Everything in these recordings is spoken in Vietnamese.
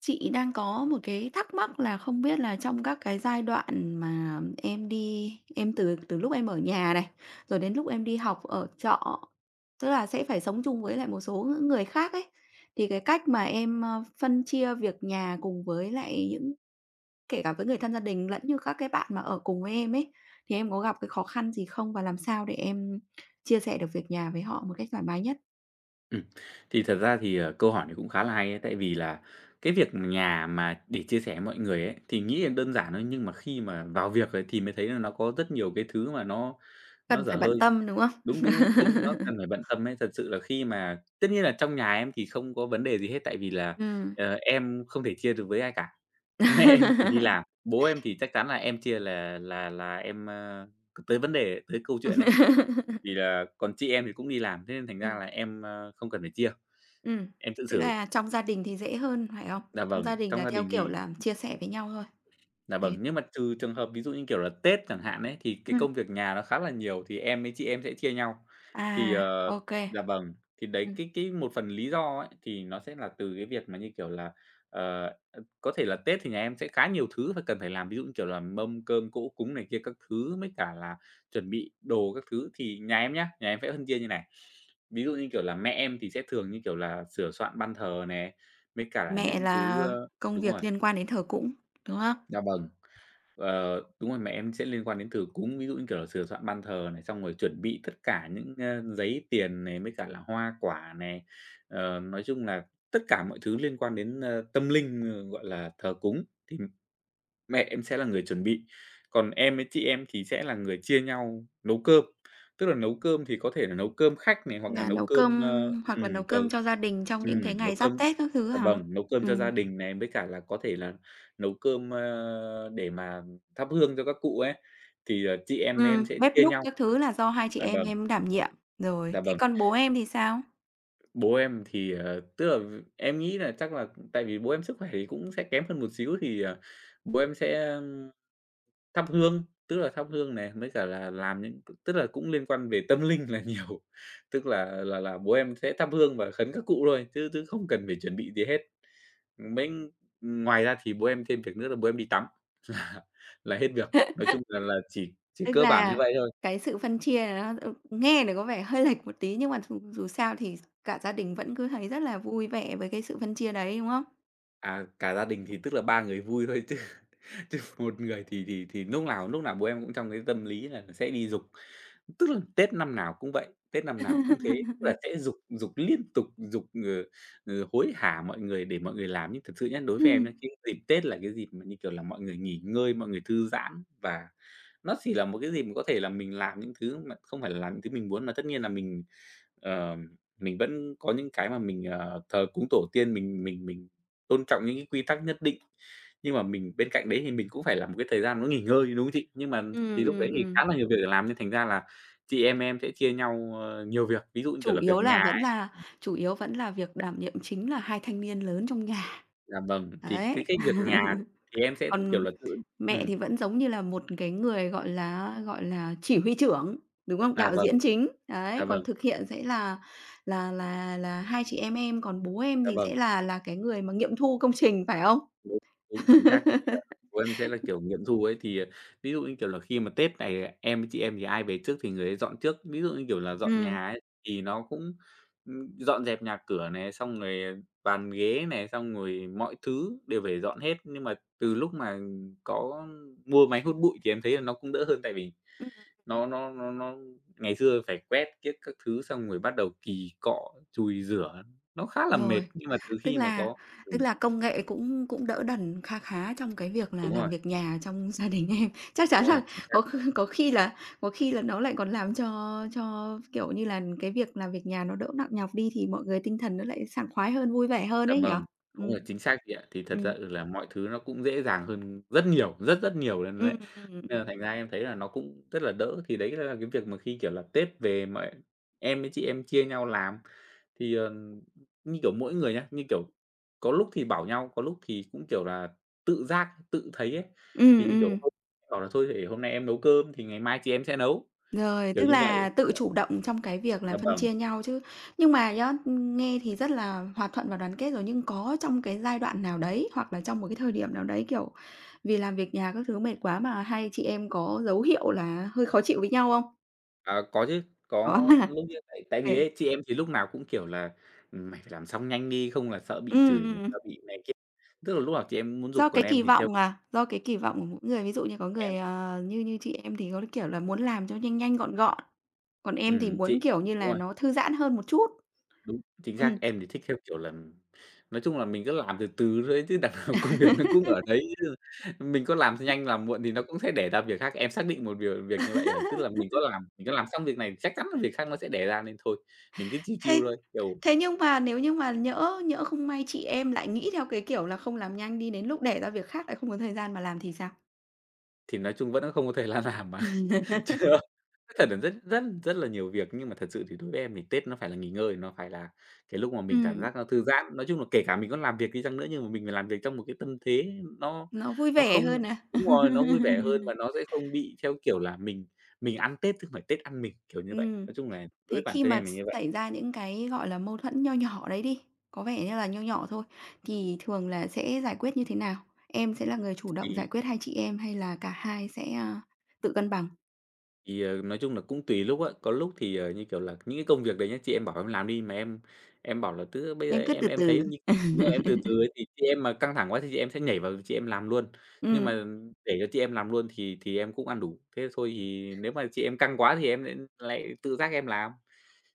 Chị đang có một cái thắc mắc là không biết là trong các cái giai đoạn mà em đi em từ từ lúc em ở nhà này, rồi đến lúc em đi học ở trọ, tức là sẽ phải sống chung với lại một số những người khác ấy, thì cái cách mà em, phân chia việc nhà cùng với lại kể cả với người thân gia đình lẫn như các cái bạn mà ở cùng với em ấy, thì em có gặp cái khó khăn gì không? Và làm sao để em chia sẻ được việc nhà với họ một cách thoải mái nhất? Ừm, thì thật ra thì, câu hỏi này cũng khá là hay ấy, tại vì là cái việc nhà mà để chia sẻ với mọi người ấy, thì nghĩ là đơn giản thôi, nhưng mà khi mà vào việc rồi thì mới thấy là nó có rất nhiều cái thứ mà nó Cần dở phải hơi. bận tâm, đúng không? Đúng, đúng, đúng, đúng, nó cần phải bận tâm ấy. Thật sự là khi mà tất nhiên là trong nhà em thì không có vấn đề gì hết, tại vì là, Ừm. Em không thể chia được với ai cả. Mẹ em thì đi làm, bố em thì chắc chắn là em chia là em, tới vấn đề, tới câu chuyện ấy, thì là còn chị em thì cũng đi làm, thế nên thành ra Ừm, là em, không cần phải chia. ừm, Em tự thế xử. là trong gia đình thì dễ hơn, phải không? Dạ Trong vâng, gia đình trong là gia theo đình kiểu thì là chia sẻ với nhau thôi, dạ vâng, đấy. nhưng mà trừ trường hợp ví dụ như, kiểu là, Tết chẳng hạn ấy, thì cái Ừm, công việc nhà nó khá là nhiều thì em với chị em sẽ chia nhau. Thì, à, ô ờ kê. dạ vâng, thì đấy, Ừm, cái một phần lý do ấy, thì nó sẽ là từ cái việc mà, như kiểu là, ờ, có thể là Tết thì nhà em sẽ khá nhiều thứ phải cần phải làm, ví dụ như, kiểu là, mâm cơm cỗ cúng này kia các thứ, mới cả là chuẩn bị đồ các thứ. Thì nhà em nhá, nhà em sẽ phân chia như này. Ví dụ như, kiểu là, mẹ em thì sẽ thường, như kiểu là, sửa soạn ban thờ nè, mấy cả là mẹ những thứ, là công đúng việc rồi, liên quan đến thờ cúng, đúng không? dạ vâng, đúng rồi, mẹ em sẽ liên quan đến thờ cúng, ví dụ như, kiểu là, sửa soạn ban thờ này, xong rồi chuẩn bị tất cả những, giấy tiền này, mới cả là hoa quả này, nói chung là tất cả mọi thứ liên quan đến, tâm linh, gọi là, thờ cúng thì mẹ em sẽ là người chuẩn bị. Còn em với chị em thì sẽ là người chia nhau nấu cơm, tức là nấu cơm thì có thể là nấu cơm khách này, hoặc là Là nấu nấu cơm, ơ cơm hoặc là nấu ờ cơm cho gia đình trong những cái nấu ngày giáp cơm Tết các thứ dạ hả? vâng, nấu cơm cho gia Ừm, đình này, với cả là có thể là nấu cơm, để mà thắp hương cho các cụ ấy, thì, chị em mấy em sẽ bếp chia núc nhau. các Tức thứ là do hai chị dạ vâng, em đảm nhiệm. Rồi, dạ thế vâng. còn bố em thì sao? Bố em thì, tức là em nghĩ là chắc là tại vì bố em sức khỏe thì cũng sẽ kém hơn một xíu thì, bố em sẽ, thắp hương, tức là thắp hương này, với cả là làm những tức là cũng liên quan về tâm linh là nhiều. Tức là bố em sẽ thắp hương và khấn các cụ thôi, chứ chứ không cần phải chuẩn bị gì hết. Mình ngoài ra thì bố em thêm việc nữa là bố em đi tắm là là hết việc. Nói chung là chỉ Tức cơ bản như là vậy thôi. cái sự phân chia nó, nghe thì có vẻ hơi lệch một tí nhưng mà dù dù sao thì cả gia đình vẫn cứ thấy rất là vui vẻ với cái sự phân chia đấy, đúng không? À, cả gia đình thì tức là 3 người vui thôi chứ chứ một người thì thì lúc nào bố em cũng trong cái tâm lý là sẽ đi giục. Tức là Tết năm nào cũng vậy, Tết năm nào cũng thế, tức là sẽ giục giục liên tục, giục, hối hả mọi người để mọi người làm. Nhưng thật sự nhá, đối với Ừm. em nhá, cái dịp Tết là cái dịp mà, như kiểu là, mọi người nghỉ ngơi, mọi người thư giãn và nó chỉ là một cái gì mà có thể là mình làm những thứ mà không phải là làm những thứ mình muốn, mà tất nhiên là mình, ờ, mình vẫn có những cái mà mình, thờ cúng tổ tiên, mình tôn trọng những cái quy tắc nhất định. Nhưng mà mình bên cạnh đấy thì mình cũng phải là một cái thời gian nó nghỉ ngơi, đúng không chị? Nhưng mà Ừm, thì lúc đấy ừm, thì ừm. khá là nhiều việc để làm nên thành ra là chị em sẽ chia nhau, nhiều việc. Ví dụ như, kiểu Chủ là, việc yếu là nhà vẫn ấy là chủ yếu vẫn là việc đảm nhiệm chính là hai thanh niên lớn trong nhà, dạ vâng, thì cái đấy. cái việc nhà thì em sẽ, kiểu Còn là, tự mẹ ừm, thì vẫn giống như là một cái người, gọi là, chỉ huy trưởng, đúng không? dạ Đạo vâng, diễn chính, dạ đấy, còn vâng, thực hiện sẽ là hai chị em, còn bố em dạ thì vâng. sẽ là cái người mà nghiệm thu công trình, phải không? Đúng, đúng, chính xác thì, bố em sẽ là, kiểu, nghiệm thu ấy, thì, ví dụ như, kiểu là, khi mà Tết này em với chị em thì ai về trước thì người ấy dọn trước. Ví dụ như, kiểu là, dọn Ừm, nhà ấy thì nó cũng, dọn dẹp nhà cửa này, xong rồi, bàn ghế này, xong rồi mọi thứ đều phải dọn hết. Nhưng mà từ lúc mà có mua máy hút bụi thì em thấy là nó cũng đỡ hơn, tại vì ừm, nó ngày xưa phải quét kiếc các thứ, xong rồi bắt đầu kỳ cọ, chùi rửa, nó khá là mệt. rồi, Nhưng mà từ tức khi mà là có tức ừm, là công nghệ cũng cũng đỡ đần kha khá trong cái việc là đúng làm rồi, việc nhà trong gia đình em. Chắc chắn đúng rồi, là chính xác. có kh có khi là có khi là nó lại còn làm cho, kiểu như là, cái việc làm việc nhà nó đỡ nặng nhọc đi thì mọi người tinh thần nó lại sảng khoái hơn, vui vẻ hơn Dạ ấy nhỉ? vâng, đúng rồi, Ừm. chính xác chị ạ. Thì thật Ừm, ra là mọi thứ nó cũng dễ dàng hơn rất nhiều, rất rất nhiều luôn đấy. ừm, ừm, Nên ừm. là thành ra em thấy là nó cũng rất là đỡ. Thì đấy là cái việc mà khi, kiểu là, Tết về mà em với chị em chia nhau làm thì, như kiểu, mỗi người nhá, như kiểu, có lúc thì bảo nhau, có lúc thì cũng, kiểu là, tự giác, tự thấy ấy. Ừm, Thì, như kiểu, ừm. hôm bảo là "Thôi để hôm nay em nấu cơm thì ngày mai chị em sẽ nấu", Rồi, kiểu tức như vậy. là tự chủ động trong cái việc Dạ là phân vâng. chia nhau chứ. Nhưng mà nhá, nghe thì rất là hòa thuận và đoàn kết rồi, nhưng có trong cái giai đoạn nào đấy, hoặc là trong một cái thời điểm nào đấy, kiểu, vì làm việc nhà các thứ mệt quá mà hai chị em có dấu hiệu là hơi khó chịu với nhau không? À, có chứ, Có có ha. lúc như vậy tại Ừ, vì ấy, chị em thì lúc nào cũng, kiểu là, "Mày phải làm xong nhanh đi, không là sợ bị ừm, chửi, ừm, ừm, sợ bị này kia." Tức là lúc nào chị em muốn giục, do còn cái em kỳ thì theo vọng à, do cái kỳ vọng của mỗi người, ví dụ như có em người, như như chị em thì có cái kiểu là muốn làm cho nhanh nhanh, gọn gọn, còn em thì muốn, chị kiểu như đúng là, rồi, nó thư giãn hơn một chút. đúng, chính Ừ. xác, em thì thích theo kiểu là nói chung là mình cứ làm từ từ thôi chứ đằng nào công việc nó cũng ở đấy chứ, mình có làm nhanh làm muộn thì nó cũng sẽ đẻ ra việc khác. Em xác định một việc việc như vậy rồi, tức là mình có làm xong việc này chắc chắn là việc khác nó sẽ đẻ ra nên thôi, mình cứ chill Thế thôi, kiểu, thế nhưng mà nếu như mà nhỡ nhỡ không may chị em lại nghĩ theo cái kiểu là không làm nhanh đi, đến lúc đẻ ra việc khác lại không có thời gian mà làm thì sao? thì nói chung vẫn không có thời gian làm mà. Chưa, cái thời điểm rất rất rất là nhiều việc, nhưng mà thật sự thì đối với em thì Tết nó phải là nghỉ ngơi, nó phải là cái lúc mà mình cảm Ừm, giác nó thư giãn. Nói chung là kể cả mình có làm việc đi chăng nữa nhưng mà mình phải làm việc trong một cái tâm thế nó nó vui nó vẻ không hơn à? đúng rồi, nó vui vẻ hơn và nó sẽ không bị theo kiểu là mình ăn Tết chứ không phải Tết ăn mình, kiểu như vậy. Ừm, Nói chung là đối với thế bản khi thân mà em là như vậy, xảy ra những cái, gọi là, mâu thuẫn nho nhỏ đấy đi, có vẻ như là nho nhỏ thôi, thì thường là sẽ giải quyết như thế nào? Em sẽ là người chủ động thì giải quyết hay chị em, hay là cả hai sẽ, tự cân bằng? thì, nói chung là cũng tùy lúc á, có lúc thì, như kiểu là, những cái công việc đấy nhá, chị em bảo em làm đi mà em bảo là tức bây giờ Em cứ em từ em từ. thấy như" đúng rồi, em từ từ ấy thì chị em mà căng thẳng quá thì chị em sẽ nhảy vào chị em làm luôn. Nhưng mà để cho chị em làm luôn thì em cũng ăn đủ, thế thôi thì nếu mà chị em căng quá thì em lại lại tự giác em làm.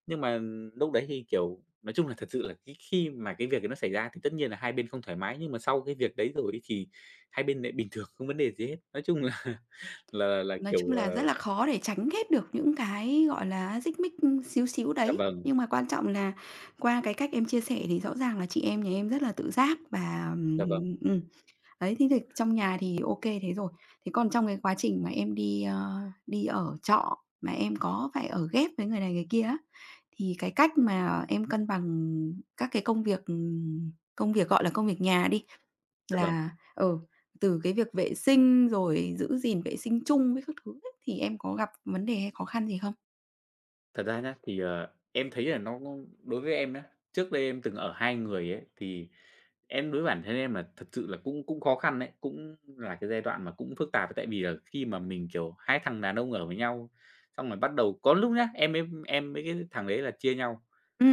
Nhưng mà lúc đấy thì, kiểu, nói chung là thật sự là cái khi mà cái việc đấy nó xảy ra thì tất nhiên là hai bên không thoải mái, nhưng mà sau cái việc đấy rồi ấy thì hai bên lại bình thường, không vấn đề gì hết. Nói chung là là, Nói chung kiểu, là rất ờ là khó để tránh hết được những cái, gọi là á, xích mích, xíu xíu dạ đấy. vâng, Nhưng mà quan trọng là qua cái cách em chia sẻ thì rõ ràng là chị em nhà em rất là tự giác và, dạ vâng. Đấy, thế thì trong nhà thì ô kê thế rồi. Thế còn trong cái quá trình mà em đi ở trọ mà em có phải ở ghép với người này người kia á, thì cái cách mà em cân bằng các cái công việc, gọi là, công việc nhà đi, Dạ vâng. là, ừ, từ cái việc vệ sinh rồi giữ gìn vệ sinh chung với các thứ ấy, thì em có gặp vấn đề hay khó khăn gì không? Thật ra nhá, thì, em thấy là nó đối với em nhá, trước đây em từng ở 2 người ấy, thì em đối với bản thân em là thật sự là cũng cũng khó khăn đấy, cũng là cái giai đoạn mà cũng phức tạp. Tại vì là khi mà mình, kiểu, hai thằng đàn ông ở với nhau, xong rồi bắt đầu có lúc nhá, em mới em với cái thằng đấy là chia nhau.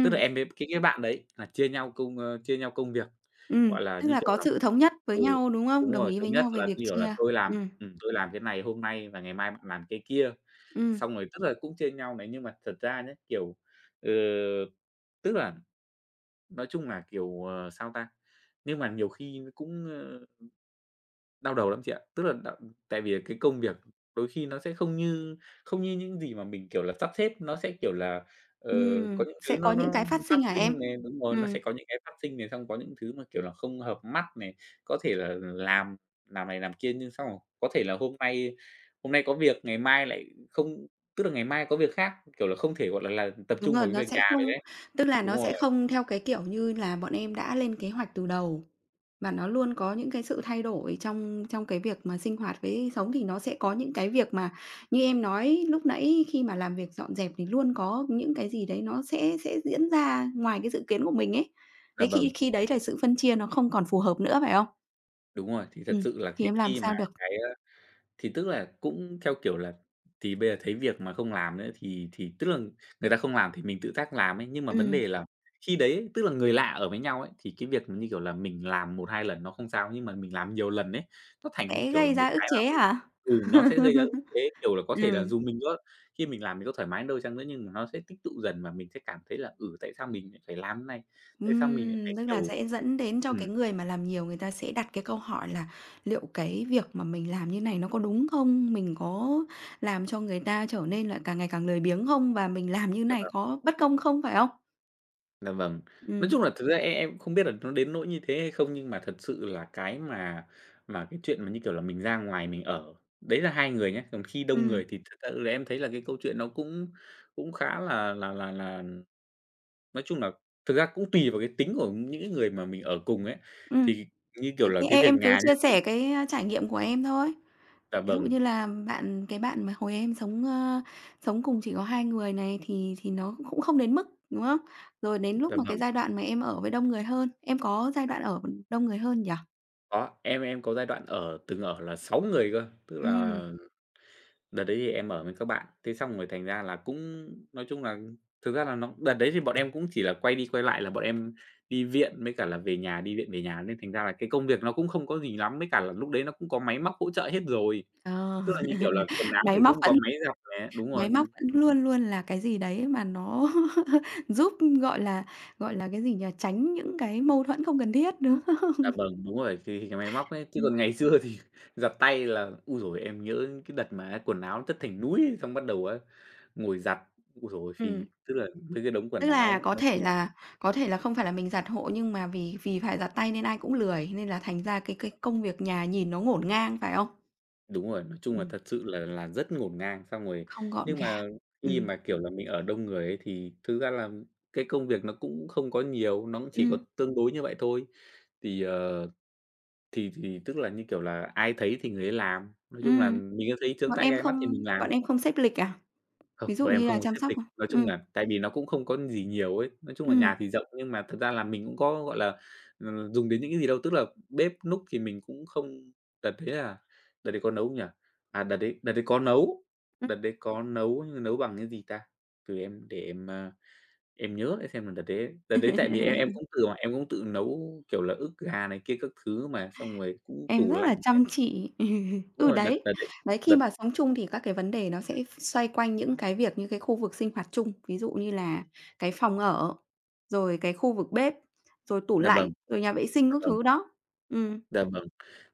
Tức là em với cái bạn đấy là chia nhau chia nhau công việc, gọi là, Tức như là kiểu có là sự thống nhất với ừ, nhau, đúng không? đúng Đồng rồi, ý thống với nhất nhau về là, như việc kiểu là, chia. Ừm, tôi làm cái này hôm nay và ngày mai bạn làm cái kia. ừm, Xong rồi, tức là, cũng chia nhau này, nhưng mà thật ra nhá, ờ, tức là nói chung là, sao ta, nhưng mà nhiều khi nó cũng đau đầu lắm chị ạ. Tức là đ Tại vì cái công việc đôi khi nó sẽ không như những gì mà mình, kiểu là, sắp xếp, nó sẽ, kiểu là, ờ, có những thứ sẽ có nó những nó cái phát phát sinh hả sinh em? này, đúng rồi, nó sẽ Ừm. có những cái phát sinh này, xong có những thứ mà, kiểu là, không hợp mắt này, có thể là làm này làm kia, nhưng xong rồi có thể là hôm nay có việc, ngày mai lại không, tức là ngày mai có việc khác, kiểu là, không thể, gọi là, tập Đúng trung vào rồi, cái nó việc sẽ nhà được không ấy. tức là Đúng nó rồi. sẽ không theo cái kiểu như là bọn em đã lên kế hoạch từ đầu, và nó luôn có những cái sự thay đổi trong trong cái việc mà sinh hoạt với sống thì nó sẽ có những cái việc mà như em nói lúc nãy khi mà làm việc dọn dẹp thì luôn có những cái gì đấy nó sẽ diễn ra ngoài cái dự kiến của mình ấy. Dạ Thế vâng. khi khi đấy là sự phân chia nó không còn phù hợp nữa, phải không? Đúng rồi, thì thật Ừm, sự là thì khi em làm khi mà sao được? cái, a thì tức là cũng theo kiểu là, thì bây giờ thấy việc mà không làm nữa thì tức là người ta không làm thì mình tự giác làm ấy. Nhưng mà vấn Ừm, đề là khi đấy ấy, tức là người lạ ở với nhau ấy, thì cái việc như kiểu là, mình làm một 2 lần nó không sao, nhưng mà mình làm nhiều lần ấy, nó thành, như sẽ kiểu là, gây một ra ức cái chế mà mình hả? ừ, nó sẽ gây ra ức chế, kiểu là, có thể là Ừm. dù mình có khi mình làm mình có thoải mái đâu chăng nữa nhưng mà nó sẽ tích tụ dần và mình sẽ cảm thấy là, ừ, tại sao mình lại phải làm thế này? Tại sao mình lại phải, tức là kiểu sẽ dẫn đến cho ừm, cái người mà làm nhiều người ta sẽ đặt cái câu hỏi là liệu cái việc mà mình làm như này nó có đúng không? Mình có làm cho người ta trở nên là càng ngày càng lười biếng không? Và mình làm như này có bất công không? Phải không? Dạ vâng. Nói Ừm, chung là thực ra em không biết là nó đến nỗi như thế hay không, nhưng mà thật sự là cái mà cái chuyện mà, như kiểu là, mình ra ngoài mình ở, đấy là 2 người nhé. Còn khi đông ừm, người thì thật sự là em thấy là cái câu chuyện nó cũng cũng khá là, nói chung là, thực ra cũng tùy vào cái tính của những cái người mà mình ở cùng ấy. ừm. Thì, như kiểu Thế là, thì cái em việc em cứ nhà nhé, chia thì sẻ cái, trải nghiệm của em thôi. dạ Ví dụ vâng, như là cái bạn mà hồi em sống cùng chỉ có hai người này thì nó cũng không đến mức, đúng không? Rồi đến lúc dạ mà cái vâng, giai đoạn mà em ở với đông người hơn, em có giai đoạn ở đông người hơn nhỉ? có, em có giai đoạn ở, từng ở là 6 người cơ, tức là Ừm, đợt đấy thì em ở với các bạn, thế xong rồi thành ra là cũng, nói chung là, thực ra là nó đợt đấy thì bọn em cũng chỉ là quay đi quay lại là bọn em đi viện với cả là về nhà, đi viện về nhà, nên thành ra là cái công việc nó cũng không có gì lắm, với cả là lúc đấy nó cũng có máy móc hỗ trợ hết rồi. ờ, Tức là, như kiểu là, quần áo Máy thì móc cũng có vẫn máy giặt nè, đúng rồi, máy móc vẫn luôn luôn là cái gì đấy mà nó giúp, gọi là, gọi là, cái gì nhỉ, tránh những cái mâu thuẫn không cần thiết, đúng không? dạ vâng, đúng rồi, thì cái máy móc ấy, chứ Ừm, còn ngày xưa thì giặt tay là u rồi, em nhớ cái đợt mà quần áo chất thành núi, xong bắt đầu á, ngồi giặt, u rồi ừm, ơi, tức là với cái đống quần tức là áo có nói. thể là có thể là không phải là mình giặt hộ nhưng mà vì vì phải giặt tay nên ai cũng lười, nên là thành ra cái công việc nhà nhìn nó ngổn ngang, phải không? Đúng rồi, nói chung là Ừm, thật sự là rất ngổn ngang, xong rồi không gọn nhưng mà gàng, khi ừm. mà, kiểu là, mình ở đông người ấy thì thực ra là cái công việc nó cũng không có nhiều, nó cũng chỉ có Ừm, tương đối như vậy thôi. Thì, ờ, thì tức là, như kiểu là, ai thấy thì người ấy làm, nói chung là ừm, mình có thấy chướng Bọn tai em gai mắt thì không mình làm. bọn em không xếp lịch à? Không, Ví dụ bọn em như không là có chăm xếp sóc lịch. à? Nói chung Ừm. là tại vì nó cũng không có gì nhiều ấy. Nói chung là nhà Ừm. thì rộng nhưng mà thật ra là mình cũng có, gọi là, dùng đến những cái gì đâu. Tức là bếp núc thì mình cũng không, đợt đấy là đợt đấy có nấu không nhỉ? À, đợt đấy có nấu, đợt đấy có nấu nhưng nấu bằng cái gì ta? Từ em để em, a, em nhớ lại xem là đợt đấy tại vì em cũng tự mà em cũng tự nấu, kiểu là, ức gà này kia các thứ mà, xong rồi cũng Em tủ rất là lạnh này. chăm chỉ. Đúng Ừ, rồi, đợt đấy, đợt đấy đấy, khi đợt mà sống chung thì các cái vấn đề nó sẽ xoay quanh những cái việc như cái khu vực sinh hoạt chung, ví dụ như là cái phòng ở, rồi cái khu vực bếp, rồi tủ dạ lạnh, vâng, rồi nhà vệ sinh dạ các vâng, thứ đó. Ừ, dạ vâng.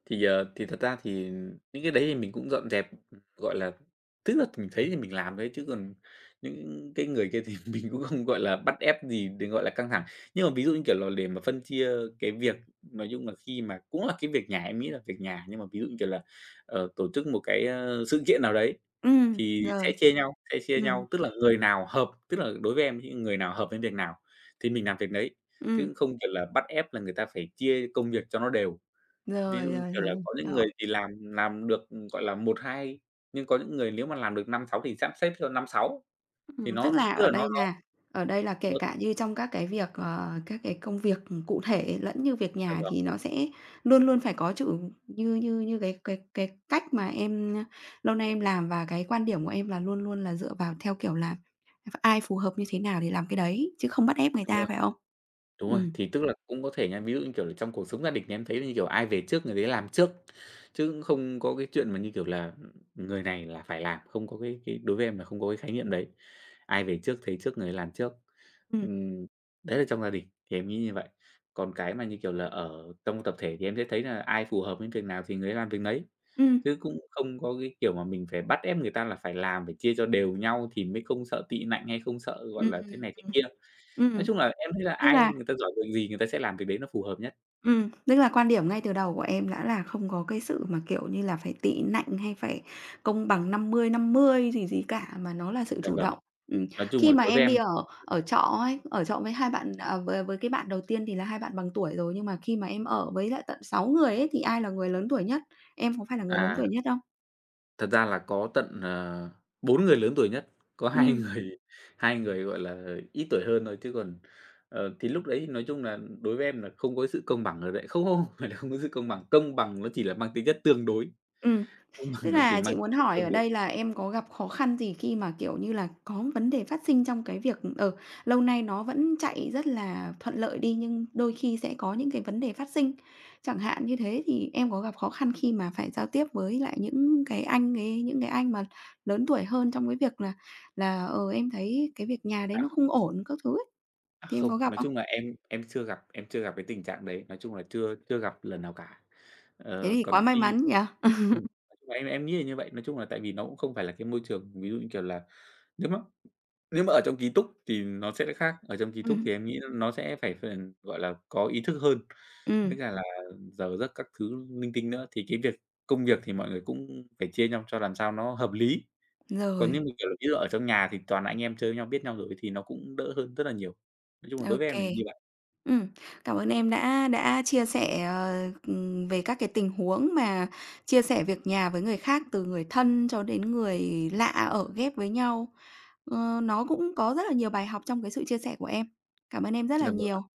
Thì thật ra thì những cái đấy thì mình cũng dọn dẹp, gọi là, tức là mình thấy thì mình làm đấy, chứ còn những cái người kia thì mình cũng không, gọi là, bắt ép gì để, gọi là, căng thẳng. Nhưng mà ví dụ như, kiểu là, để mà phân chia cái việc, nói chung là khi mà cũng là cái việc nhà, em nghĩ là việc nhà, nhưng mà ví dụ như, kiểu là, tổ chức một cái sự kiện nào đấy, thì sẽ rồi, chia nhau sẽ chia ừ, nhau, tức là người nào hợp tức là đối với em thì người nào hợp với việc nào thì mình làm việc đấy, chứ ừm, không, kiểu là, bắt ép là người ta phải chia công việc cho nó đều. Ví dụ rồi, như, rồi, kiểu là, rồi, có những người hiểu. thì làm được, gọi là, một hai, nhưng có những người nếu mà làm được 5 6 thì sắp xếp cho 5 6 thì Tức nó là tức ở là đây là ở đây là kể nó, cả như trong các cái việc, các cái công việc cụ thể lẫn như việc dạ nhà vâng, thì nó sẽ luôn luôn phải có chữ như như như cái cách mà em, lâu nay em làm và cái quan điểm của em là luôn luôn là dựa vào theo kiểu là ai phù hợp như thế nào thì làm cái đấy, chứ không bắt ép người đúng ta, rồi. phải không? Đúng rồi, Ừm, thì tức là cũng có thể nha, ví dụ như, kiểu là, trong cuộc sống gia đình thì em thấy là, như kiểu, ai về trước người đấy làm trước, chứ cũng không có cái chuyện mà, như kiểu là, ừ, người này là phải làm, không có cái đối với em là không có cái khái niệm đấy. Ai về trước thấy trước người ấy làm trước. ừm, Ừm, Đấy là trong gia đình thì em nghĩ như vậy. Còn cái mà, như kiểu là, ở trong tập thể thì em sẽ thấy là ai phù hợp với việc nào thì người ấy làm việc đấy, ừm, chứ cũng không có cái kiểu mà mình phải bắt ép người ta là phải làm, phải chia cho đều nhau thì mới không sợ tị nạnh hay không sợ, gọi là, thế ừm, này thế kia. Nói ừm, chung là em thấy là tức ai là người ta giỏi việc gì người ta sẽ làm việc đấy nó phù hợp nhất. Tức là quan Ừm, điểm ngay từ đầu của em đã là không có cái sự mà, kiểu như là, phải tị nạnh hay phải công bằng 50-50 gì gì cả, mà nó là sự dạ chủ vâng. động. Ừm, Nói chung khi là mà đối với em đi em, ở ở trọ ấy, ở trọ với hai bạn à, với cái bạn đầu tiên thì là hai bạn bằng tuổi rồi, nhưng mà khi mà em ở với lại tận 6 người ấy, thì ai là người lớn tuổi nhất? Em có phải là người lớn à, tuổi nhất không? thật ra là có tận 4 người lớn tuổi nhất, có hai Ừm, người, gọi là, ít tuổi hơn thôi, chứ còn, thì lúc đấy nói chung là đối với em là không có sự công bằng ở đấy. Không, không, không phải là không có sự công bằng nó chỉ là mang tính chất tương đối, ừm. công Tức bằng nó chỉ là chị mang tính muốn chất hỏi tương ở đối. đây là em có gặp khó khăn gì khi mà, kiểu như là, có vấn đề phát sinh trong cái việc lâu nay nó vẫn chạy rất là thuận lợi đi, nhưng đôi khi sẽ có những cái vấn đề phát sinh. Chẳng hạn như thế thì em có gặp khó khăn khi mà phải giao tiếp với lại những cái anh mà lớn tuổi hơn trong cái việc là, em thấy cái việc nhà đấy À, nó không ổn các thứ ấy, À, thì em không, có gặp nói không? chung là em chưa gặp cái tình trạng đấy, nói chung là chưa chưa gặp lần nào cả. Thế Ờ, thì còn quá may khi mắn nhỉ? ừm, nói chung là em nghĩ là như vậy, nói chung là tại vì nó cũng không phải là cái môi trường, ví dụ như kiểu là, nếu mà nếu mà ở trong ký túc thì nó sẽ khác, ở trong ký túc thì Ừm, em nghĩ nó sẽ phải phải, gọi là, có ý thức hơn, với ừm, cả là giờ giấc các thứ linh tinh nữa, thì cái việc công việc thì mọi người cũng phải chia nhau cho làm sao nó hợp lý. Còn như rồi, mà, kiểu là, ví dụ ở trong nhà thì toàn là anh em chơi với nhau, biết nhau rồi thì nó cũng đỡ hơn rất là nhiều. Nói chung là đối ô với em là kê. như. Ừm, cảm ơn em đã chia sẻ, về các cái tình huống mà chia sẻ việc nhà với người khác, từ người thân cho đến người lạ ở ghép với nhau. Ờ, nó cũng có rất là nhiều bài học trong cái sự chia sẻ của em. Cảm ơn em rất là Dạ vâng. nhiều.